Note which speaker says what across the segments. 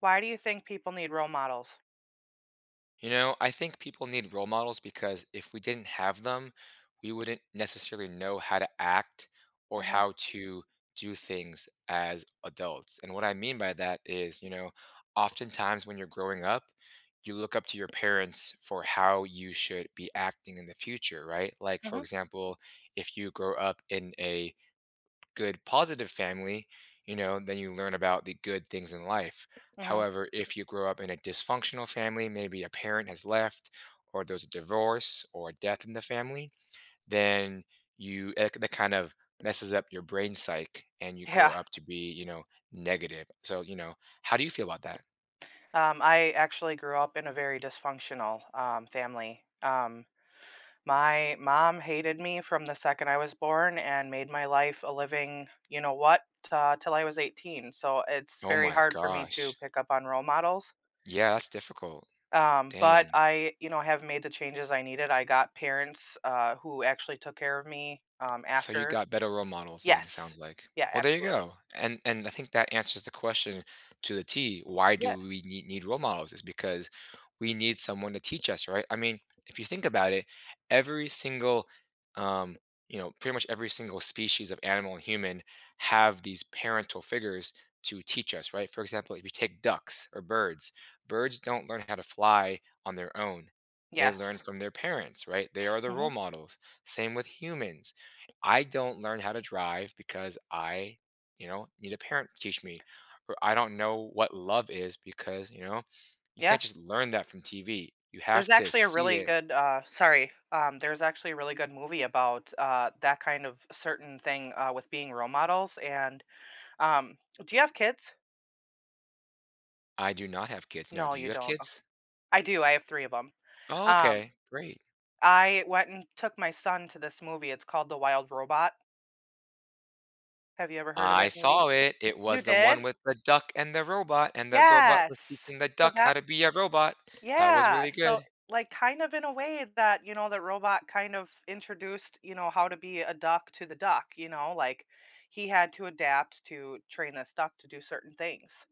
Speaker 1: Why do you think people need role models?
Speaker 2: You know, I think people need role models because if we didn't have them, we wouldn't necessarily know how to act or
Speaker 1: Mhm,
Speaker 2: how to do things as adults. And what I mean by that is, you know, oftentimes when you're growing up, you look up to your parents for how you should be acting in the future, right? Like, for
Speaker 1: mhm,
Speaker 2: example, if you grow up in a good positive family, you know, then you learn about the good things in life.
Speaker 1: mhm.
Speaker 2: However, if you grow up in a dysfunctional family, maybe a parent has left, or there's a divorce or a death in the family, then that kind of messes up your brain psyche and you grow
Speaker 1: Yeah,
Speaker 2: up to be, you know, negative. So, you know, how do you feel about that?
Speaker 1: I actually grew up in a very dysfunctional, family. My mom hated me from the second I was born and made my life a living, you know what, till I was 18, so it's
Speaker 2: Oh
Speaker 1: very
Speaker 2: my
Speaker 1: hard for me to
Speaker 2: gosh.
Speaker 1: pick up on role models,
Speaker 2: Yeah, that's difficult.
Speaker 1: but
Speaker 2: Dang.
Speaker 1: I have made the changes I needed. I got parents, who actually took care of me,
Speaker 2: So you
Speaker 1: after.
Speaker 2: got better role models then, it
Speaker 1: Yes.
Speaker 2: sounds like.
Speaker 1: Yeah,
Speaker 2: Well, there you
Speaker 1: absolutely.
Speaker 2: go. And I think that answers the question to the T. Why
Speaker 1: Yeah.
Speaker 2: do we need role models? Is because we need someone to teach us, right? I mean, if you think about it, every single um, you know, pretty much every single species of animal and human have these parental figures to teach us, right? For example, if you take ducks or birds, birds don't learn how to fly on their own. They
Speaker 1: Yes.
Speaker 2: learn from their parents, right? They are the
Speaker 1: Mhm.
Speaker 2: role models. Same with humans. I don't learn how to drive because I, you know, need a parent to teach me, or I don't know what love is because, you know, you
Speaker 1: Yeah.
Speaker 2: can't just learn that from TV. You have to see it.
Speaker 1: There's actually a really good movie about that kind of certain thing with being role models and um do you have kids?
Speaker 2: I do not have kids. No,
Speaker 1: No,
Speaker 2: do you
Speaker 1: you
Speaker 2: have
Speaker 1: don't. Oh,
Speaker 2: kids?
Speaker 1: I do. I have three of them.
Speaker 2: Oh,
Speaker 1: Um
Speaker 2: okay, great.
Speaker 1: I went and took my son to this movie. It's called The Wild Robot. Have you ever heard of
Speaker 2: I
Speaker 1: it maybe?
Speaker 2: saw it. It
Speaker 1: You
Speaker 2: was the
Speaker 1: did?
Speaker 2: one with the duck and the robot was
Speaker 1: Yes.
Speaker 2: teaching the
Speaker 1: So
Speaker 2: duck how
Speaker 1: that
Speaker 2: to be a robot. That was
Speaker 1: Yeah,
Speaker 2: really good.
Speaker 1: so, like, kind of in a way that, that robot kind of introduced, how to be a duck to the duck, like, he had to adapt to train this duck to do certain things.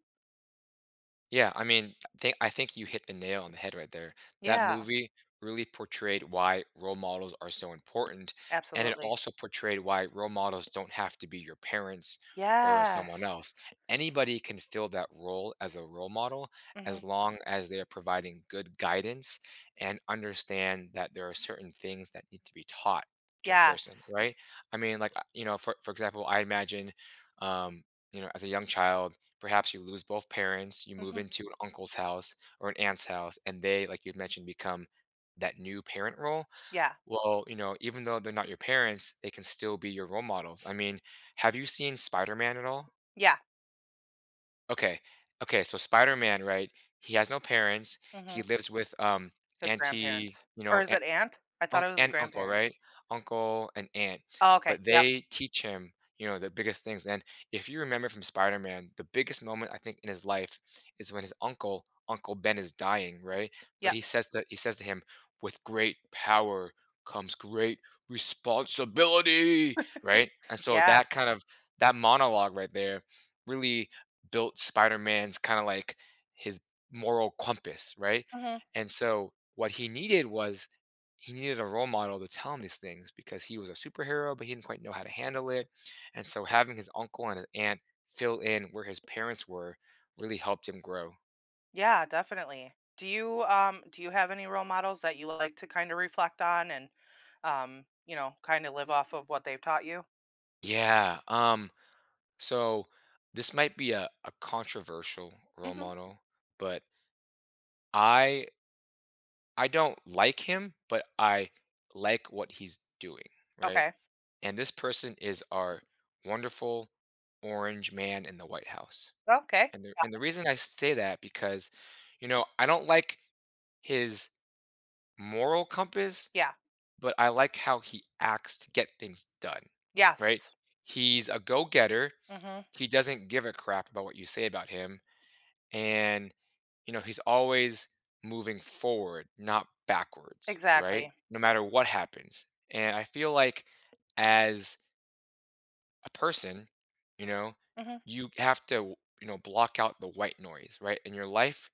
Speaker 2: Yeah, I mean, I think you hit the nail on the head right there. That
Speaker 1: Yeah,
Speaker 2: movie really portrayed why role models are so important, and it
Speaker 1: absolutely.
Speaker 2: also portrayed why role models don't have to be your parents or someone
Speaker 1: Yes.
Speaker 2: else. Anybody can fill that role as a role model
Speaker 1: Mhm.
Speaker 2: as long as they are providing good guidance and understand that there are certain things that need to be taught to a person,
Speaker 1: Yes.
Speaker 2: right? I mean, like, you know, for example, I imagine, um, you know, as a young child. Perhaps you lose both parents, you move
Speaker 1: Mhm.
Speaker 2: into an uncle's house or an aunt's house, and they, like you had mentioned, become that new parent role.
Speaker 1: Yeah.
Speaker 2: Well, you know, even though they're not your parents, they can still be your role models. I mean, have you seen Spider Man at all?
Speaker 1: Yeah.
Speaker 2: Okay. Okay. So, Spider Man, right? He has no parents. He
Speaker 1: Mhm.
Speaker 2: lives with
Speaker 1: His
Speaker 2: anti,
Speaker 1: grandparents.
Speaker 2: you
Speaker 1: Or
Speaker 2: know,
Speaker 1: is it aunt? I thought it was his
Speaker 2: Uncle,
Speaker 1: grandparent.
Speaker 2: right? Uncle and aunt,
Speaker 1: Oh, okay.
Speaker 2: but
Speaker 1: Yep.
Speaker 2: they teach him, you know, the biggest things, and if you remember from Spider-Man, the biggest moment I think in his life is when his uncle, Uncle Ben is dying, right? But
Speaker 1: Yep.
Speaker 2: he says to him, "With great power comes great responsibility," right? And so
Speaker 1: Yes.
Speaker 2: that kind of, that monologue right there really built Spider-Man's kinda like his moral compass, right?
Speaker 1: Mhm.
Speaker 2: And so what he needed was, he needed a role model to tell him these things because he was a superhero, but he didn't quite know how to handle it. And so having his uncle and his aunt fill in where his parents were really helped him grow.
Speaker 1: Yeah, definitely. Do you have any role models that you like to kind of reflect on and kind of live off of what they've taught you?
Speaker 2: Yeah. So this might be a controversial role
Speaker 1: Mhm.
Speaker 2: model, but I I don't like him, but I like what he's doing, right?
Speaker 1: Okay.
Speaker 2: And this person is our wonderful orange man in the White House.
Speaker 1: Okay.
Speaker 2: And the reason I say that because, you know, I don't like his moral compass,
Speaker 1: Yeah.
Speaker 2: but I like how he acts to get things done, right?
Speaker 1: Yes.
Speaker 2: He's a go-getter.
Speaker 1: Mhm.
Speaker 2: He doesn't give a crap about what you say about him, and you know, he's always moving forward, not backwards, right?
Speaker 1: Exactly.
Speaker 2: No matter what happens. And I feel like as a person, you know,
Speaker 1: Mhm.
Speaker 2: you have to, you know, block out the white noise, right? In your life,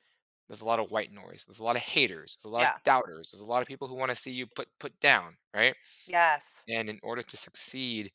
Speaker 2: there's a lot of white noise. There's a lot of haters. There's a lot of
Speaker 1: Yeah.
Speaker 2: doubters. There's a lot of people who want to see you put down, right?
Speaker 1: Yes.
Speaker 2: And in order to succeed,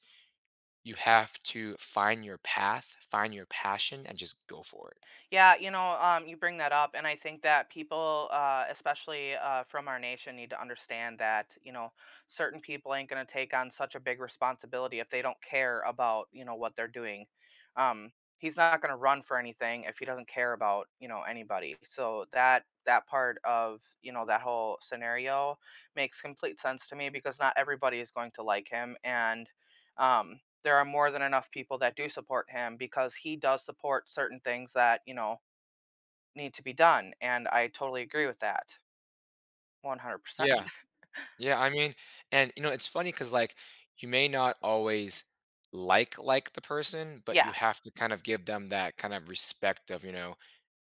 Speaker 2: you have to find your path, find your passion, and just go for it.
Speaker 1: Yeah, you bring that up, and I think that people, especially from our nation, need to understand that certain people ain't going to take on such a big responsibility if they don't care about what they're doing. Um, he's not going to run for anything if he doesn't care about anybody. So that part of that whole scenario makes complete sense to me because not everybody is going to like him, and um, there are more than enough people that do support him because he does support certain things that need to be done. And I totally agree with that. 100%.
Speaker 2: Yeah. Yeah. I mean, and you know, it's funny because like you may not always like the person, but you
Speaker 1: Yeah.
Speaker 2: have to kind of give them that kind of respect of, you know,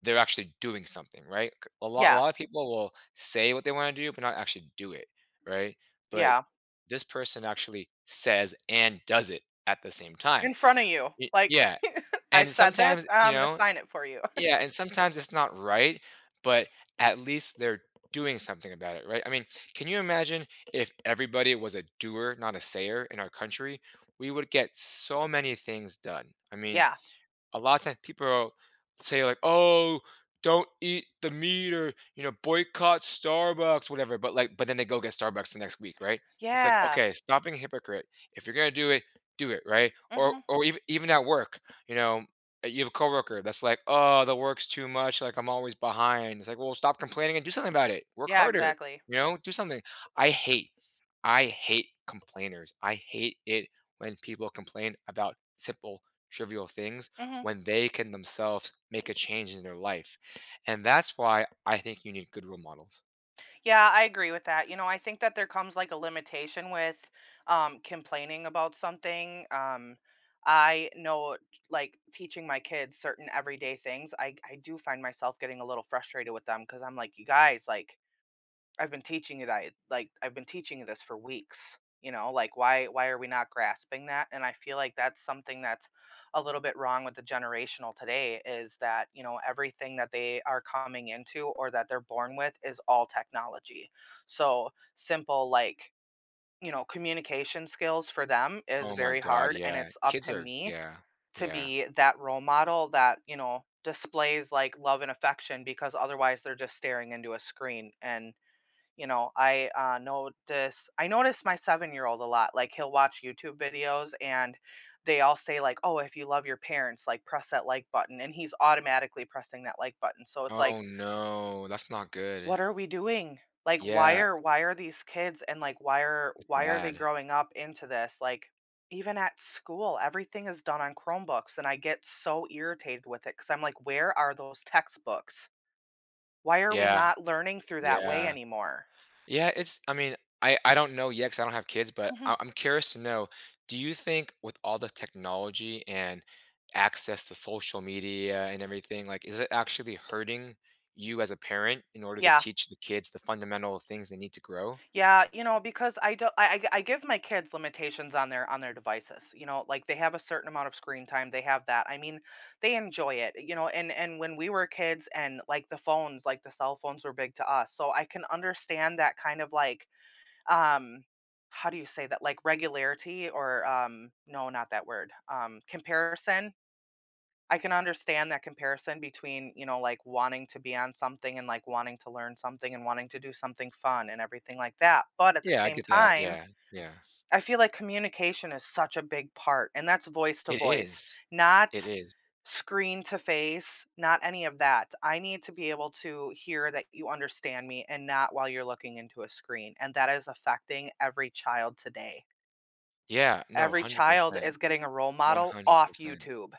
Speaker 2: they're actually doing something, right? C- A lot, a
Speaker 1: Yeah.
Speaker 2: lot of people will say what they want to do, but not actually do it, right? But
Speaker 1: Yeah.
Speaker 2: this person actually says and does it at the same time.
Speaker 1: In front of you. Like,
Speaker 2: Yeah,
Speaker 1: I
Speaker 2: and
Speaker 1: said this,
Speaker 2: sometimes you
Speaker 1: I'm going to
Speaker 2: know,
Speaker 1: sign it for you.
Speaker 2: yeah, and sometimes it's not right, but at least they're doing something about it, right? I mean, can you imagine if everybody was a doer, not a sayer, in our country? We would get so many things done. I mean,
Speaker 1: Yeah.
Speaker 2: a lot of times people are- say like, "Oh, don't eat the meat," or you know, boycott Starbucks, whatever. But like, but then they go get Starbucks the next week, right? It's like,
Speaker 1: Yeah.
Speaker 2: okay, stop being a hypocrite. If you're gonna do it, right? Or
Speaker 1: Hmm.
Speaker 2: or even even at work, you know, you have a coworker that's like, "Oh, the work's too much. Like I'm always behind." It's like, well, stop complaining and do something about it. Work
Speaker 1: Yeah,
Speaker 2: harder,
Speaker 1: exactly.
Speaker 2: you know, do something. I hate, I hate complainers. I hate it when people complain about simple trivial things
Speaker 1: Hmm.
Speaker 2: when they can themselves make a change in their life. And that's why I think you need good role models.
Speaker 1: Yeah, I agree with that. I think that there comes like a limitation with complaining about something. I know like teaching my kids certain everyday things, I do find myself getting a little frustrated with them because I'm like, you guys, like I've been teaching this for weeks, like, why are we not grasping that? And I feel like that's something that's a little bit wrong with the generational today is that everything that they are coming into or that they're born with is all technology. So, simple like, communication skills for them is
Speaker 2: Oh my
Speaker 1: very
Speaker 2: God,
Speaker 1: hard and
Speaker 2: yeah.
Speaker 1: it's up
Speaker 2: Kids
Speaker 1: to
Speaker 2: are,
Speaker 1: me
Speaker 2: yeah,
Speaker 1: to
Speaker 2: yeah.
Speaker 1: be that role model that displays like love and affection because otherwise they're just staring into a screen and I notice my 7-year old a lot. Like he'll watch YouTube videos and they all say like, "Oh, if you love your parents, like press that like button," and he's automatically pressing that like button. So it's like,
Speaker 2: Oh no, that's not good.
Speaker 1: what are we doing? Like, why
Speaker 2: Yeah,
Speaker 1: are why are these kids and like why are
Speaker 2: it's
Speaker 1: why are they
Speaker 2: bad.
Speaker 1: growing up into this? Like, even at school, everything is done on Chromebooks, and I get so irritated with it because I'm like, where are those textbooks? Why are we
Speaker 2: Yeah,
Speaker 1: not learning through that way
Speaker 2: yeah.
Speaker 1: anymore?
Speaker 2: Yeah, it's I mean, I don't know yet 'cause I don't have kids, but
Speaker 1: Mhm.
Speaker 2: I I'm curious to know, do you think with all the technology and access to social media and everything, like, is it actually hurting you as a parent in order to
Speaker 1: Yeah.
Speaker 2: teach the kids the fundamental things they need to grow?
Speaker 1: Yeah, because I don't, I give my kids limitations on their devices. You know, like they have a certain amount of screen time. They have that. I mean, they enjoy it. And when we were kids, and like the phones, like the cell phones were big to us. So I can understand that kind of like, um, how do you say that? Like regularity or no, not that word. Comparison. I can understand that comparison between, like wanting to be on something and like wanting to learn something and wanting to do something fun and everything like that. But at the
Speaker 2: Yeah, I
Speaker 1: same
Speaker 2: get that.
Speaker 1: time,
Speaker 2: Yeah, yeah.
Speaker 1: I feel like communication is such a big part, and that's voice to
Speaker 2: It
Speaker 1: voice,
Speaker 2: is.
Speaker 1: not
Speaker 2: It is.
Speaker 1: screen to face, not any of that. I need to be able to hear that you understand me and not while you're looking into a screen. And that is affecting every child today.
Speaker 2: Yeah, no,
Speaker 1: Every child
Speaker 2: 100%.
Speaker 1: is getting a role model off
Speaker 2: 100%.
Speaker 1: YouTube.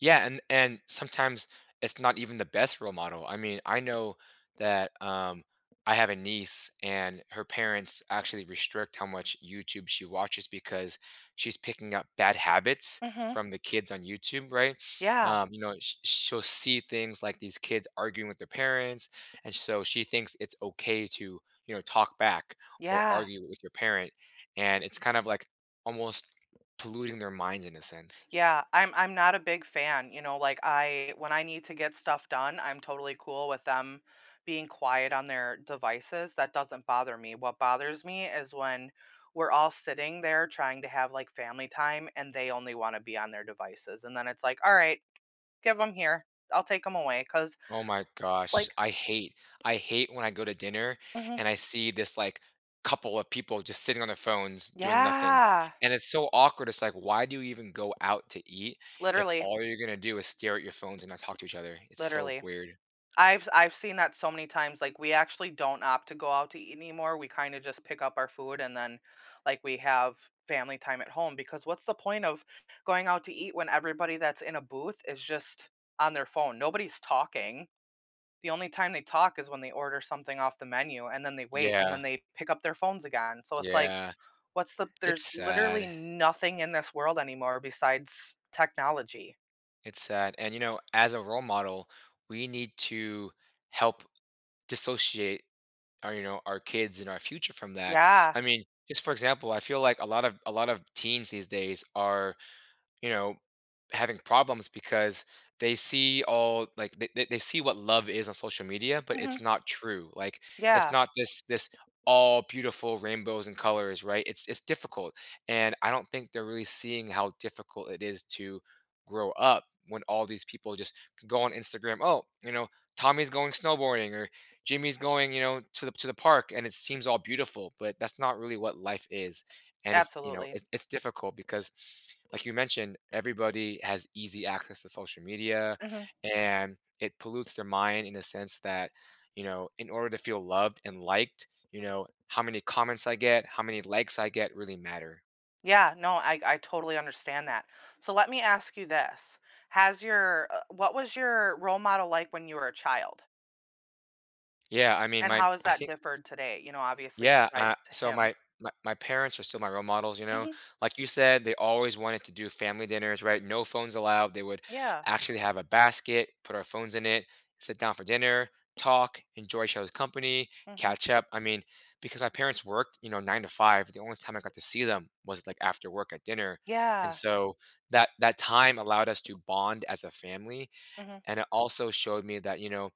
Speaker 2: Yeah, and sometimes it's not even the best role model. I mean, I know that I have a niece and her parents actually restrict how much YouTube she watches because she's picking up bad habits
Speaker 1: Hmm.
Speaker 2: from the kids on YouTube, right?
Speaker 1: Yeah.
Speaker 2: You know, she'll see things like these kids arguing with their parents, and so she thinks it's okay to, you know, talk back or
Speaker 1: Yeah.
Speaker 2: argue with your parent, and it's kind of like almost polluting their minds in a sense.
Speaker 1: Yeah, I'm not a big fan, like I when I need to get stuff done, I'm totally cool with them being quiet on their devices. That doesn't bother me. What bothers me is when we're all sitting there trying to have like family time and they only want to be on their devices. And then it's like, "All right, give them here. I'll take them away." Cuz
Speaker 2: Oh my gosh.
Speaker 1: like.
Speaker 2: I hate when I go to dinner
Speaker 1: Mhm.
Speaker 2: and I see this like couple of people just sitting on their phones doing nothing.
Speaker 1: Yeah.
Speaker 2: And it's so awkward. It's like, why do you even go out to eat if
Speaker 1: Literally.
Speaker 2: all you're gonna do is stare at your phones and not talk to each other? It's so
Speaker 1: Literally.
Speaker 2: weird.
Speaker 1: I've seen that so many times. Like we actually don't opt to go out to eat anymore. We kind of just pick up our food and then like we have family time at home because what's the point of going out to eat when everybody that's in a booth is just on their phone? Nobody's talking. The only time they talk is when they order something off the menu and then they wait and then
Speaker 2: Yeah,
Speaker 1: they pick up their phones again. So it's like
Speaker 2: yeah.
Speaker 1: what's the
Speaker 2: It's
Speaker 1: there's literally
Speaker 2: sad.
Speaker 1: nothing in this world anymore besides technology.
Speaker 2: It's sad. And you know, as a role model, we need to help dissociate our, you know, our kids and our future from that.
Speaker 1: Yeah.
Speaker 2: I mean, just for example, I feel like a lot of teens these days are, you know, having problems because they see all like they see what love is on social media, but
Speaker 1: Hmm.
Speaker 2: it's not true. Like it's
Speaker 1: Yeah,
Speaker 2: not this all beautiful rainbows and colors, right? It's difficult. And I don't think they're really seeing how difficult it is to grow up when all these people just can go on Instagram, oh, you know, Tommy's going snowboarding or Jimmy's going, you know, to the park and it seems all beautiful, but that's not really what life is. And it's, you know,
Speaker 1: absolutely.
Speaker 2: it's difficult because like you mentioned, everybody has easy access to social media
Speaker 1: Mhm.
Speaker 2: and it pollutes their mind in the sense that, you know, in order to feel loved and liked, you know, how many comments I get, how many likes I get really matter.
Speaker 1: Yeah, no, I totally understand that. So let me ask you this. Has your what was your role model like when you were a child?
Speaker 2: Yeah, I mean,
Speaker 1: And
Speaker 2: my
Speaker 1: how has
Speaker 2: I
Speaker 1: that
Speaker 2: think.
Speaker 1: differed today? Obviously
Speaker 2: Yeah,
Speaker 1: besides
Speaker 2: so
Speaker 1: him.
Speaker 2: my my parents are still my role models, you know?
Speaker 1: Mhm.
Speaker 2: Like you said, they always wanted to do family dinners, right? No phones allowed. They would
Speaker 1: Yeah.
Speaker 2: actually have a basket, put our phones in it, sit down for dinner, talk, enjoy each other's company,
Speaker 1: Mhm.
Speaker 2: catch up. I mean, because my parents worked, you know, 9 to 5, the only time I got to see them was like after work at dinner. And
Speaker 1: Yeah.
Speaker 2: so that time allowed us to bond as a family,
Speaker 1: Mhm.
Speaker 2: and it also showed me that, you know,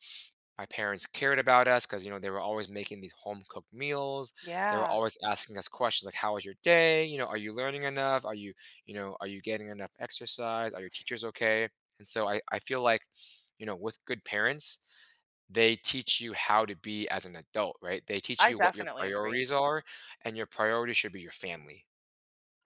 Speaker 2: my parents cared about us because you know they were always making these home cooked meals, they were
Speaker 1: Yeah.
Speaker 2: always asking us questions like how was your day, you know, are you learning enough, are you, you know, are you getting enough exercise, are your teachers okay? And so I feel like, you know, with good parents they teach you how to be as an adult, right? They teach
Speaker 1: I
Speaker 2: you what your
Speaker 1: definitely agree.
Speaker 2: priorities are, and your priority should be your family.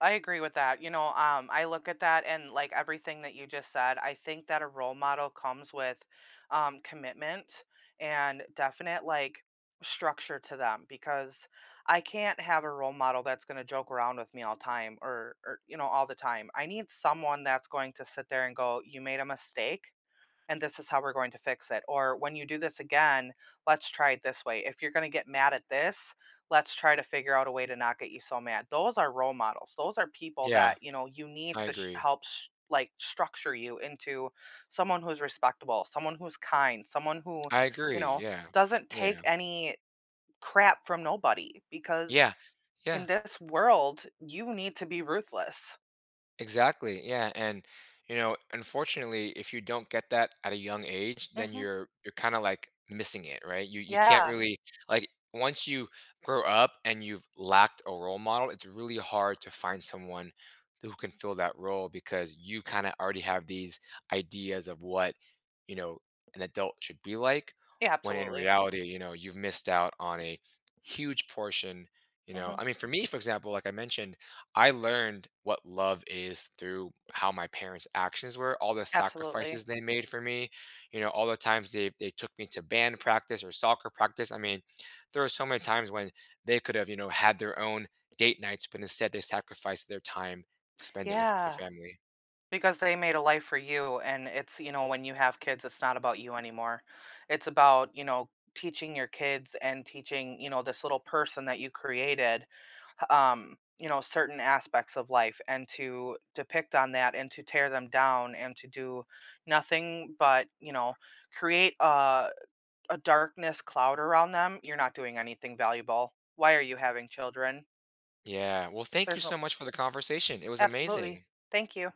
Speaker 1: I agree with that. I look at that and like everything that you just said, I think that a role model comes with commitment and definite like structure to them because I can't have a role model that's going to joke around with me all time or, all the time. I need someone that's going to sit there and go, you made a mistake and this is how we're going to fix it. Or when you do this again, let's try it this way. If you're going to get mad at this, let's try to figure out a way to not get you so mad. Those are role models. Those are people
Speaker 2: Yeah,
Speaker 1: that you need
Speaker 2: I
Speaker 1: to
Speaker 2: agree.
Speaker 1: help like structure you into someone who's respectable, someone who's kind, someone who,
Speaker 2: I
Speaker 1: you
Speaker 2: agree.
Speaker 1: know,
Speaker 2: Yeah.
Speaker 1: doesn't take
Speaker 2: Yeah.
Speaker 1: any crap from nobody because
Speaker 2: Yeah. Yeah.
Speaker 1: in this world, you need to be ruthless.
Speaker 2: Exactly. Yeah, and you know, unfortunately, if you don't get that at a young age, then
Speaker 1: Hmm.
Speaker 2: you're kind of like missing it, right? You can't
Speaker 1: Yeah.
Speaker 2: really like once you grow up and you've lacked a role model, it's really hard to find someone who can fill that role because you kind of already have these ideas of what, you know, an adult should be like
Speaker 1: Yeah,
Speaker 2: when in
Speaker 1: absolutely.
Speaker 2: reality, you know, you've missed out on a huge portion, you
Speaker 1: Hmm.
Speaker 2: know. I mean, for me, for example, like I mentioned, I learned what love is through how my parents' actions were, all the
Speaker 1: Absolutely.
Speaker 2: sacrifices they made for me, you know, all the times they took me to band practice or soccer practice. I mean, there were so many times when they could have, you know, had their own date nights, but instead they sacrificed their time to spend it with their
Speaker 1: Yeah.
Speaker 2: family.
Speaker 1: Because they made a life for you, and when you have kids, it's not about you anymore. It's about teaching your kids and teaching this little person that you created, certain aspects of life and to depict on that and to tear them down and to do nothing but create a darkness cloud around them. You're not doing anything valuable. Why are you having children?
Speaker 2: Yeah. Well, thank you
Speaker 1: There's no,
Speaker 2: so much for the conversation. It was
Speaker 1: absolutely.
Speaker 2: amazing.
Speaker 1: Thank you.